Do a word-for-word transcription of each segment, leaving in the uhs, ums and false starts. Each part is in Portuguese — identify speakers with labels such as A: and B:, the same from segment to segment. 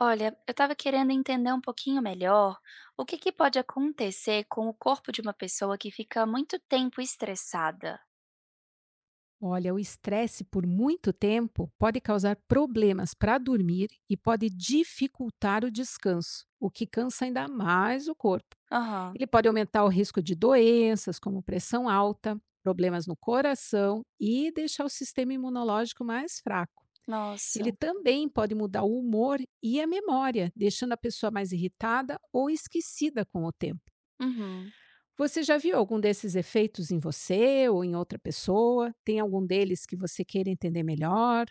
A: Olha, eu estava querendo entender um pouquinho melhor o que que pode acontecer com o corpo de uma pessoa que fica muito tempo estressada.
B: Olha, o estresse por muito tempo pode causar problemas para dormir e pode dificultar o descanso, o que cansa ainda mais o corpo.
A: Aham,
B: Ele pode aumentar o risco de doenças, como pressão alta, problemas no coração e deixar o sistema imunológico mais fraco. Ele
A: nossa.
B: também pode mudar o humor e a memória, deixando a pessoa mais irritada ou esquecida com o tempo.
A: Uhum.
B: Você já viu algum desses efeitos em você ou em outra pessoa? Tem algum deles que você queira entender melhor?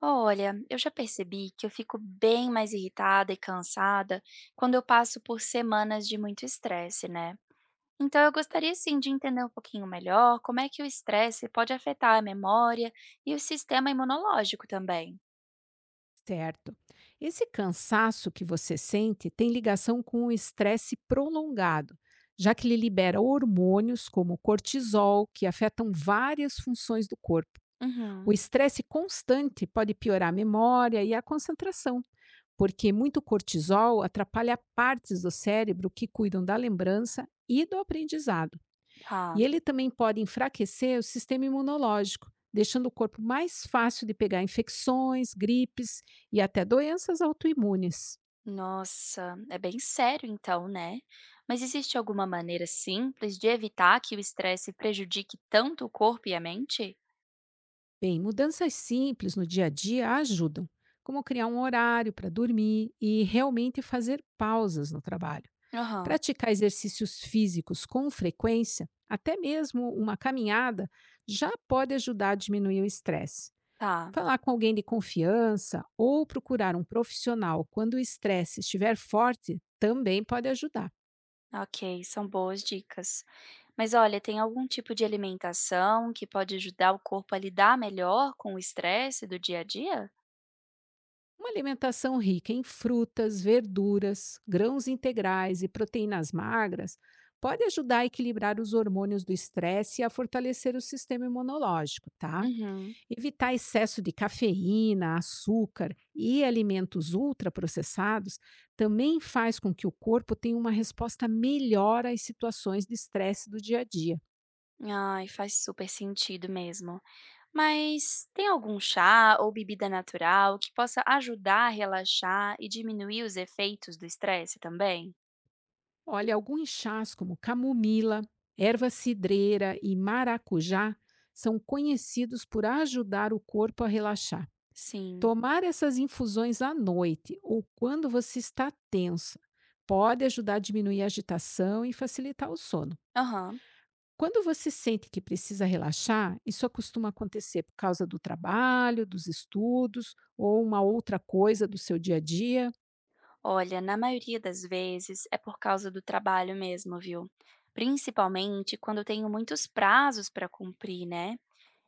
A: Olha, eu já percebi que eu fico bem mais irritada e cansada quando eu passo por semanas de muito estresse, né? Então eu gostaria sim de entender um pouquinho melhor como é que o estresse pode afetar a memória e o sistema imunológico também.
B: Certo. Esse cansaço que você sente tem ligação com o estresse prolongado, já que ele libera hormônios como o cortisol, que afetam várias funções do corpo. O
A: Uhum,
B: estresse constante pode piorar a memória e a concentração, porque muito cortisol atrapalha partes do cérebro que cuidam da lembrança e do aprendizado. E
A: tá.
B: ele também pode enfraquecer o sistema imunológico, deixando o corpo mais fácil de pegar infecções, gripes e até doenças autoimunes.
A: Nossa, é bem sério então, né? Mas existe alguma maneira simples de evitar que o estresse prejudique tanto o corpo e a mente?
B: Bem, mudanças simples no dia a dia ajudam, como criar um horário para dormir e realmente fazer pausas no trabalho.
A: Aham,
B: Praticar exercícios físicos com frequência, até mesmo uma caminhada, já pode ajudar a diminuir o estresse.
A: tá.
B: Falar com alguém de confiança ou procurar um profissional quando o estresse estiver forte também pode ajudar.
A: Ok, são boas dicas. Mas olha, tem algum tipo de alimentação que pode ajudar o corpo a lidar melhor com o estresse do dia a dia?
B: Uma alimentação rica em frutas, verduras, grãos integrais e proteínas magras pode ajudar a equilibrar os hormônios do estresse e a fortalecer o sistema imunológico, tá?
A: Uhum.
B: Evitar excesso de cafeína, açúcar e alimentos ultraprocessados também faz com que o corpo tenha uma resposta melhor às situações de estresse do dia a dia.
A: Ai, faz super sentido mesmo. Mas tem algum chá ou bebida natural que possa ajudar a relaxar e diminuir os efeitos do estresse também?
B: Olha, alguns chás como camomila, erva cidreira e maracujá são conhecidos por ajudar o corpo a relaxar.
A: Sim.
B: Tomar essas infusões à noite ou quando você está tensa pode ajudar a diminuir a agitação e facilitar o sono.
A: Aham.
B: Quando você sente que precisa relaxar, isso costuma acontecer por causa do trabalho, dos estudos ou uma outra coisa do seu dia a dia.
A: Olha, na maioria das vezes é por causa do trabalho mesmo, viu? Principalmente quando eu tenho muitos prazos para cumprir, né?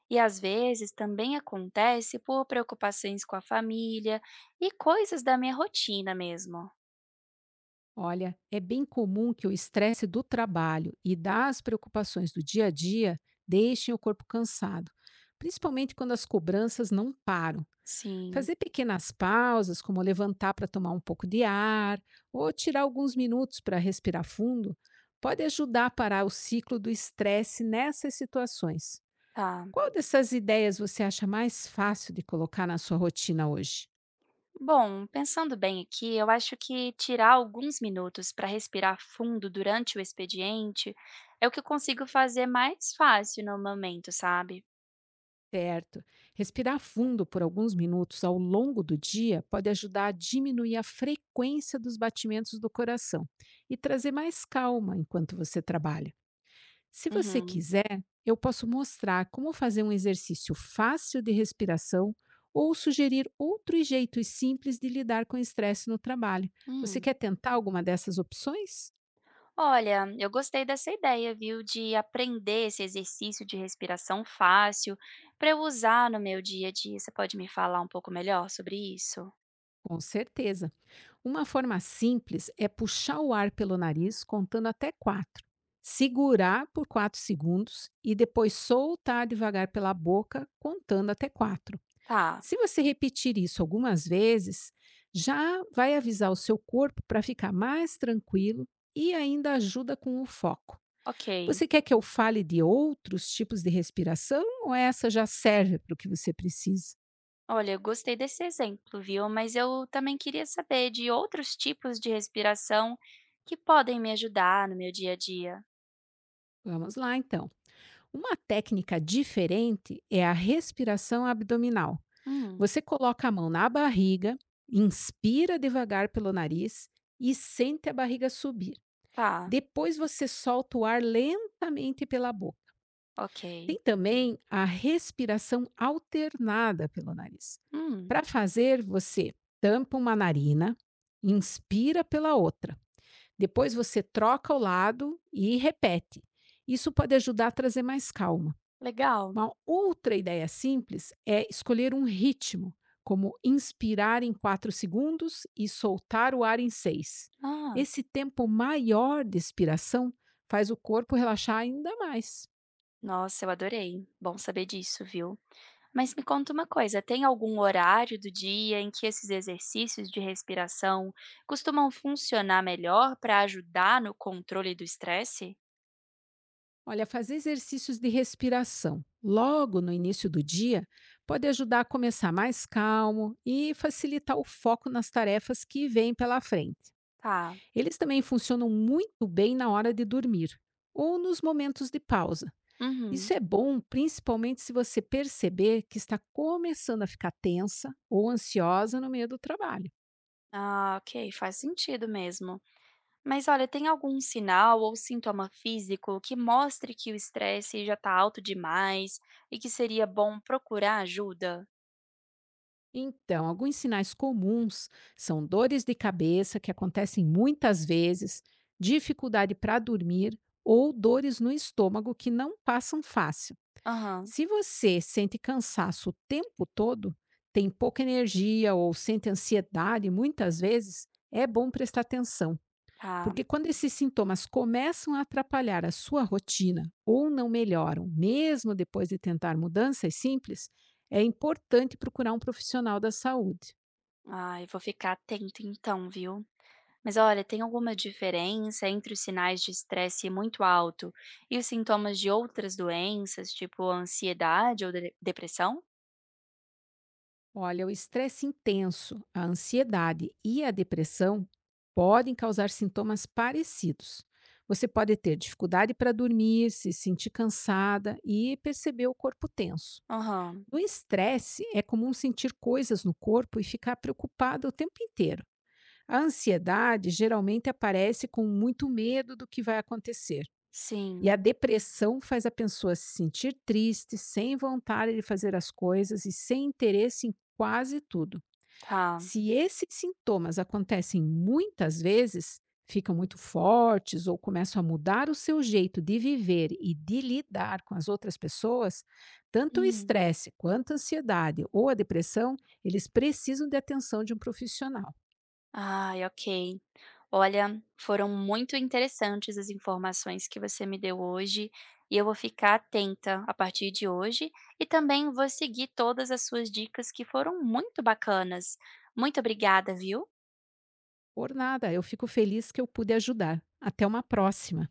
A: E às vezes também acontece por preocupações com a família e coisas da minha rotina mesmo.
B: Olha, é bem comum que o estresse do trabalho e das preocupações do dia a dia deixem o corpo cansado, principalmente quando as cobranças não param.
A: Sim,
B: Fazer pequenas pausas, como levantar para tomar um pouco de ar ou tirar alguns minutos para respirar fundo, pode ajudar a parar o ciclo do estresse nessas situações.
A: tá.
B: Qual dessas ideias você acha mais fácil de colocar na sua rotina hoje?
A: Bom, pensando bem aqui, eu acho que tirar alguns minutos para respirar fundo durante o expediente é o que eu consigo fazer mais fácil no momento, sabe?
B: Certo. Respirar fundo por alguns minutos ao longo do dia pode ajudar a diminuir a frequência dos batimentos do coração e trazer mais calma enquanto você trabalha. Se você
A: Uhum.
B: quiser, eu posso mostrar como fazer um exercício fácil de respiração ou sugerir outros jeitos simples de lidar com o estresse no trabalho. Você
A: Hum.
B: quer tentar alguma dessas opções?
A: Olha, eu gostei dessa ideia, viu, de aprender esse exercício de respiração fácil para eu usar no meu dia a dia. Você pode me falar um pouco melhor sobre isso?
B: Com certeza! Uma forma simples é puxar o ar pelo nariz contando até quatro, segurar por quatro segundos e depois soltar devagar pela boca contando até quatro.
A: Tá,
B: Se você repetir isso algumas vezes, já vai avisar o seu corpo para ficar mais tranquilo e ainda ajuda com o foco.
A: ok.
B: Você quer que eu fale de outros tipos de respiração ou essa já serve para o que você precisa?
A: Olha, eu gostei desse exemplo, viu? Mas eu também queria saber de outros tipos de respiração que podem me ajudar no meu dia a dia.
B: Vamos lá então. Uma técnica diferente é a respiração abdominal.
A: Hum,
B: Você coloca a mão na barriga, inspira devagar pelo nariz e sente a barriga subir.
A: tá,
B: Depois você solta o ar lentamente pela boca.
A: ok.
B: Tem também a respiração alternada pelo nariz.
A: Hum,
B: Para fazer, você tampa uma narina, inspira pela outra. Depois você troca o lado e repete. Isso pode ajudar a trazer mais calma.
A: legal.
B: Uma outra ideia simples é escolher um ritmo, como inspirar em quatro segundos e soltar o ar em seis.
A: Ah,
B: Esse tempo maior de expiração faz o corpo relaxar ainda mais.
A: nossa, eu adorei. Bom saber disso, viu? Mas me conta uma coisa, tem algum horário do dia em que esses exercícios de respiração costumam funcionar melhor para ajudar no controle do estresse?
B: Olha, fazer exercícios de respiração logo no início do dia pode ajudar a começar mais calmo e facilitar o foco nas tarefas que vêm pela frente.
A: Tá.
B: Eles também funcionam muito bem na hora de dormir ou nos momentos de pausa.
A: Uhum.
B: Isso é bom, principalmente se você perceber que está começando a ficar tensa ou ansiosa no meio do trabalho.
A: Ah, ok, faz sentido mesmo. Mas olha, tem algum sinal ou sintoma físico que mostre que o estresse já tá alto demais e que seria bom procurar ajuda?
B: Então, alguns sinais comuns são dores de cabeça, que acontecem muitas vezes, dificuldade para dormir ou dores no estômago que não passam fácil.
A: Aham,
B: Se você sente cansaço o tempo todo, tem pouca energia ou sente ansiedade muitas vezes, é bom prestar atenção.
A: tá.
B: Porque quando esses sintomas começam a atrapalhar a sua rotina ou não melhoram, mesmo depois de tentar mudanças simples, é importante procurar um profissional da saúde.
A: Ah, eu vou ficar atento então, viu? Mas olha, tem alguma diferença entre os sinais de estresse muito alto e os sintomas de outras doenças, tipo ansiedade ou de- depressão?
B: Olha, o estresse intenso, a ansiedade e a depressão podem causar sintomas parecidos. Você pode ter dificuldade para dormir, se sentir cansada e perceber o corpo tenso.
A: Aham,
B: No estresse, é comum sentir coisas no corpo e ficar preocupado o tempo inteiro. A ansiedade geralmente aparece com muito medo do que vai acontecer. E
A: sim,
B: a depressão faz a pessoa se sentir triste, sem vontade de fazer as coisas e sem interesse em quase tudo.
A: tá.
B: Se esses sintomas acontecem muitas vezes, ficam muito fortes ou começam a mudar o seu jeito de viver e de lidar com as outras pessoas, tanto o
A: Hum.
B: estresse quanto a ansiedade ou a depressão, eles precisam de atenção de um profissional.
A: Ai, ok. Olha, foram muito interessantes as informações que você me deu hoje e eu vou ficar atenta a partir de hoje e também vou seguir todas as suas dicas que foram muito bacanas. Muito obrigada, viu?
B: Por nada, eu fico feliz que eu pude ajudar. Até uma próxima.